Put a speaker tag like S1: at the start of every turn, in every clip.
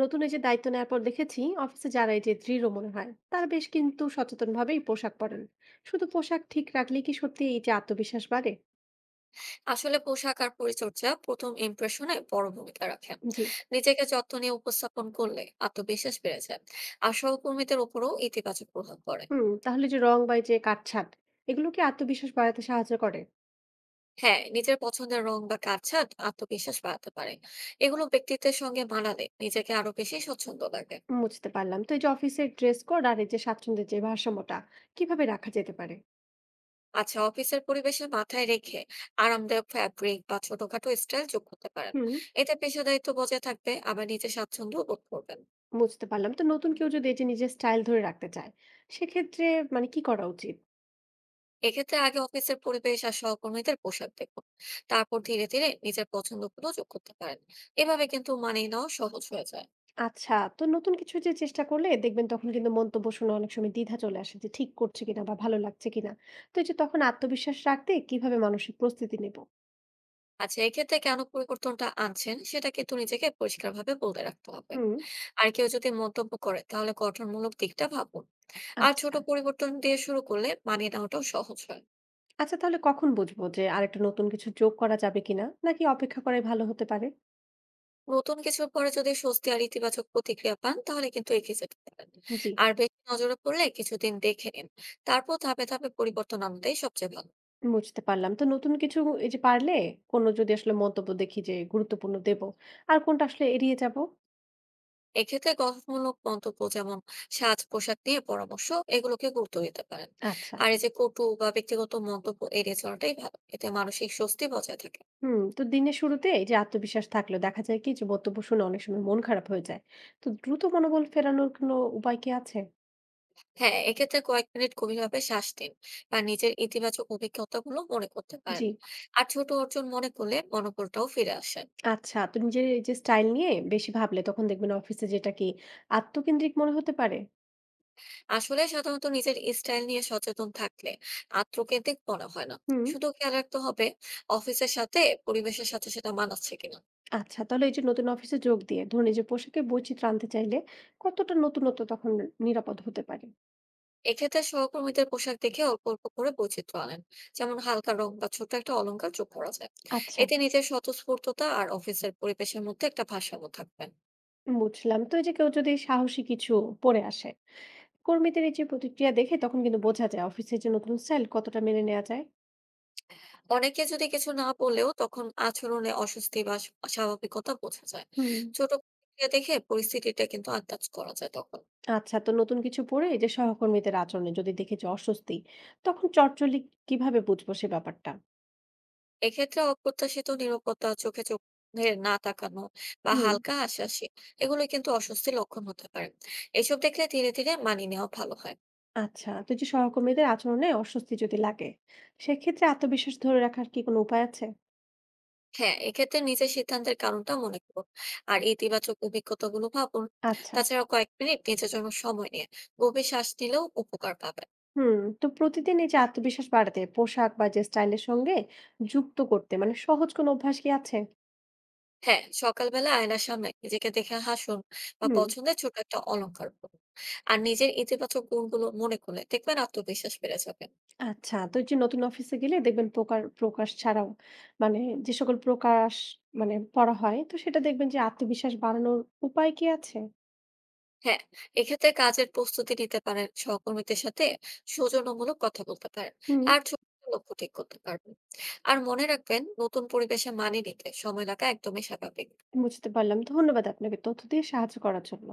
S1: নতুন এই যে দায়িত্ব নেওয়ার পর দেখেছি অফিসে যারা এই যে দৃঢ় মনে হয়, তারা বেশ কিন্তু সচেতন ভাবেই পোশাক পরেন। শুধু পোশাক ঠিক রাখলেই কি সত্যি এই যে আত্মবিশ্বাস বাড়ে?
S2: আসলে পোশাক আর পরিচর্যা প্রথম ইমপ্রেশনে বড় ভূমিকা রাখে।
S1: জি।
S2: নিজেকে যত্ন নিয়ে উপস্থাপন করলে আত্মবিশ্বাস বেড়ে যায়, আর সহকর্মীদের উপরও ইতিবাচক প্রভাব পড়ে।
S1: হুম, তাহলে যে রং বা এই যে কাটছাট, এগুলো কি আত্মবিশ্বাস বাড়াতে সাহায্য করে?
S2: হ্যাঁ, নিজের পছন্দের রং বা কাটছাঁট আত্মবিশ্বাস বাড়াতে পারে। এগুলো ব্যক্তিত্বের সঙ্গে মানালে নিজেকে আরো বেশি স্বচ্ছন্দ লাগে।
S1: হুম, বুঝতে পারলাম। তো এই যে অফিসের ড্রেস কোড আর এই যে স্বাচ্ছন্দ্যের যে ভারসাম্যটা কিভাবে রাখা যেতে পারে?
S2: আচ্ছা, অফিসের পরিবেশে মাথায় রেখে আরামদায়ক ফ্যাব্রিক বা ছোটখাটো স্টাইল যোগ করতে পারেন।
S1: হুম।
S2: এতে পেশাদারিত্ব বজায় থাকবে, আবার নিজের স্বাচ্ছন্দ্য বোধ করবেন।
S1: বুঝতে পারলাম। তো নতুন কেউ যদি এই যে নিজের স্টাইল ধরে রাখতে চায়, সেক্ষেত্রে কি করা উচিত?
S2: এক্ষেত্রে আগে অফিসের পরিবেশ আর সহকর্মীদের পোশাক দেখুন, তারপর ধীরে ধীরে নিজের পছন্দ গুলো যোগ করতে পারেন। এভাবে কিন্তু মানিয়ে নেওয়া সহজ হয়ে যায়।
S1: আচ্ছা, তো নতুন কিছু যে চেষ্টা করলে দেখবেন তখন কিন্তু মন্তব্য শুনে অনেক সময় দ্বিধা চলে আসে যে ঠিক করছে কিনা বা ভালো লাগছে কিনা। তো এই যে তখন আত্মবিশ্বাস রাখতে কিভাবে মানসিক প্রস্তুতি নেব?
S2: আচ্ছা, এক্ষেত্রে কেন পরিবর্তনটা আনছেন সেটা কিন্তু নিজেকে পরিষ্কারভাবে বলতে রাখতে হবে।
S1: হুম।
S2: আর কেউ যদি মন্তব্য করে, তাহলে গঠনমূলক দিকটা ভাবুন। আর ছোট
S1: আচ্ছা।
S2: পরিবর্তন দিয়ে শুরু করলে মানিয়ে নেওয়াটাও সহজ হয়।
S1: আচ্ছা, তাহলে কখন বুঝবো যে আরেকটা নতুন কিছু যোগ করা যাবে কিনা, নাকি অপেক্ষা করাই ভালো হতে পারে?
S2: নতুন কিছুর পরে যদি স্বস্তি আর ইতিবাচক প্রতিক্রিয়া পান, তাহলে কিন্তু এগিয়ে যেতে পারেন।
S1: জি।
S2: আর বেশি নজরে পড়লে কিছুদিন দেখে নিন, তারপর ধাপে ধাপে পরিবর্তন আনতেই সবচেয়ে ভালো।
S1: বুঝতে পারলাম। তো নতুন কিছু এই যে পারলে কোনো যদি আসলে মন্তব্য দেখি যে গুরুত্বপূর্ণ দেব, আর কোনটা আসলে এড়িয়ে যাব?
S2: এক্ষেত্রে গঠনমূলক মন্তব্য, যেমন সাজ পোশাক নিয়ে পরামর্শ, এগুলোকে গুরুত্ব দিতে পারেন।
S1: আচ্ছা।
S2: আর এই যে কটু বা ব্যক্তিগত মন্তব্য, এড়িয়ে চলাটাই ভালো। এতে মানসিক স্বস্তি বজায় থাকে।
S1: হুম, তো দিনের শুরুতে এই যে আত্মবিশ্বাস থাকলেও দেখা যায় কি যে বক্তব্য শুনে অনেক সময় মন খারাপ হয়ে যায়। তো দ্রুত মনোবল ফেরানোর কোনো উপায় কি আছে?
S2: হ্যাঁ, এক্ষেত্রে কয়েক মিনিট গভীরভাবে শ্বাস নিন, বা নিজের ইতিবাচক অভিজ্ঞতাগুলো মনে করতে
S1: জি।
S2: পারেন। আর ছোট অর্জন মনে করলে মনোবলটাও ফিরে আসে।
S1: আচ্ছা, তো নিজের এই যে স্টাইল নিয়ে বেশি ভাবলে তখন দেখবেন অফিসে যেটা কি আত্মকেন্দ্রিক মনে হতে পারে।
S2: আসলে সাধারণত নিজের স্টাইল নিয়ে সচেতন থাকলে আত্মকেন্দ্রিক মনে হয় না।
S1: হুম।
S2: শুধু খেয়াল রাখতে হবে অফিসের সাথে, পরিবেশের সাথে সেটা মানাচ্ছে কিনা।
S1: আচ্ছা, তাহলে এই যে নতুন অফিসে যোগ দিয়ে ধরুন এই যে পোশাকে বৈচিত্র্য আনতে চাইলে কতটা নতুনত্ব তখন নিরাপদ হতে পারে?
S2: এক্ষেত্রে সহকর্মীদের পোশাক দেখে অল্প অল্প করে বৈচিত্র্য আনেন। যেমন হালকা রং বা ছোট একটা অলংকার যোগ করা যায়।
S1: আচ্ছা।
S2: এতে নিজের স্বতঃস্ফূর্ততা আর অফিসের পরিবেশের মধ্যে একটা ভারসাম্য থাকবেন।
S1: বুঝলাম। তো এই যে কেউ যদি সাহসী কিছু পরে আসে, কর্মীদের এই যে প্রতিক্রিয়া দেখে তখন কিন্তু বোঝা যায় অফিসের যে নতুন স্টাইল কতটা মেনে নেওয়া যায়।
S2: অনেকে যদি কিছু না বলেও, তখন আচরণে অস্বস্তি বা স্বাভাবিকতা বোঝা যায়।
S1: হুম।
S2: ছোট প্রতিক্রিয়া দেখে পরিস্থিতিটা কিন্তু আন্দাজ করা যায় তখন।
S1: আচ্ছা, তো নতুন কিছু পড়ে এই যে সহকর্মীদের আচরণে যদি দেখে যে অস্বস্তি, তখন চটচলি কিভাবে বুঝবো সে ব্যাপারটা?
S2: এক্ষেত্রে অপ্রত্যাশিত নিরাপত্তা, চোখে চোখ ধরে না তাকানো, বা
S1: হুম।
S2: হালকা হাসাহাসি, এগুলো কিন্তু অস্বস্তির লক্ষণ হতে পারে। এসব দেখলে ধীরে ধীরে মানিয়ে নেওয়া ভালো হয়।
S1: আচ্ছা, তো এই যে সহকর্মীদের আচরণে অস্বস্তি যদি লাগে, সেক্ষেত্রে আত্মবিশ্বাস ধরে রাখার কি কোনো উপায় আছে?
S2: হ্যাঁ, এক্ষেত্রে নিজের সিদ্ধান্তের কারণটা মনে করুন। আর ইতিবাচক অভিজ্ঞতাগুলো ভাবুন।
S1: আচ্ছা।
S2: তাছাড়া কয়েক মিনিট নিজের জন্য সময় নিয়ে গভীর শ্বাস নিলেও উপকার পাবেন।
S1: হুম, তো প্রতিদিন এই যে আত্মবিশ্বাস বাড়াতে পোশাক বা যে স্টাইলের সঙ্গে যুক্ত করতে সহজ কোনো অভ্যাস কি আছে?
S2: হ্যাঁ, সকালবেলা আয়নার সামনে নিজেকে দেখে হাসুন, বা
S1: হুম।
S2: পছন্দের ছোট একটা অলংকার পরুন। আর নিজের ইতিবাচক গুণগুলো মনে করলে দেখবেন আত্মবিশ্বাস বেড়ে যাবে।
S1: আচ্ছা, তো এই যে নতুন অফিসে গেলে দেখবেন প্রকার প্রকাশ ছাড়াও মানে যে সকল প্রকাশ পড়া হয়, তো সেটা দেখবেন যে আত্মবিশ্বাস বাড়ানোর উপায় কি আছে?
S2: হ্যাঁ, এক্ষেত্রে কাজের প্রস্তুতি নিতে পারেন, সহকর্মীদের সাথে সৌজন্যমূলক কথা বলতে পারেন।
S1: হুম,
S2: আর ছোট ছোট লক্ষ্য ঠিক করতে পারবেন। আর মনে রাখবেন, নতুন পরিবেশে মানিয়ে নিতে সময় লাগা একদমই স্বাভাবিক।
S1: বুঝতে পারলাম। ধন্যবাদ আপনাকে তথ্য দিয়ে সাহায্য করার জন্য।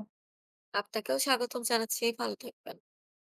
S2: আপনাকেও স্বাগতম জানাচ্ছি, ভালো থাকবেন।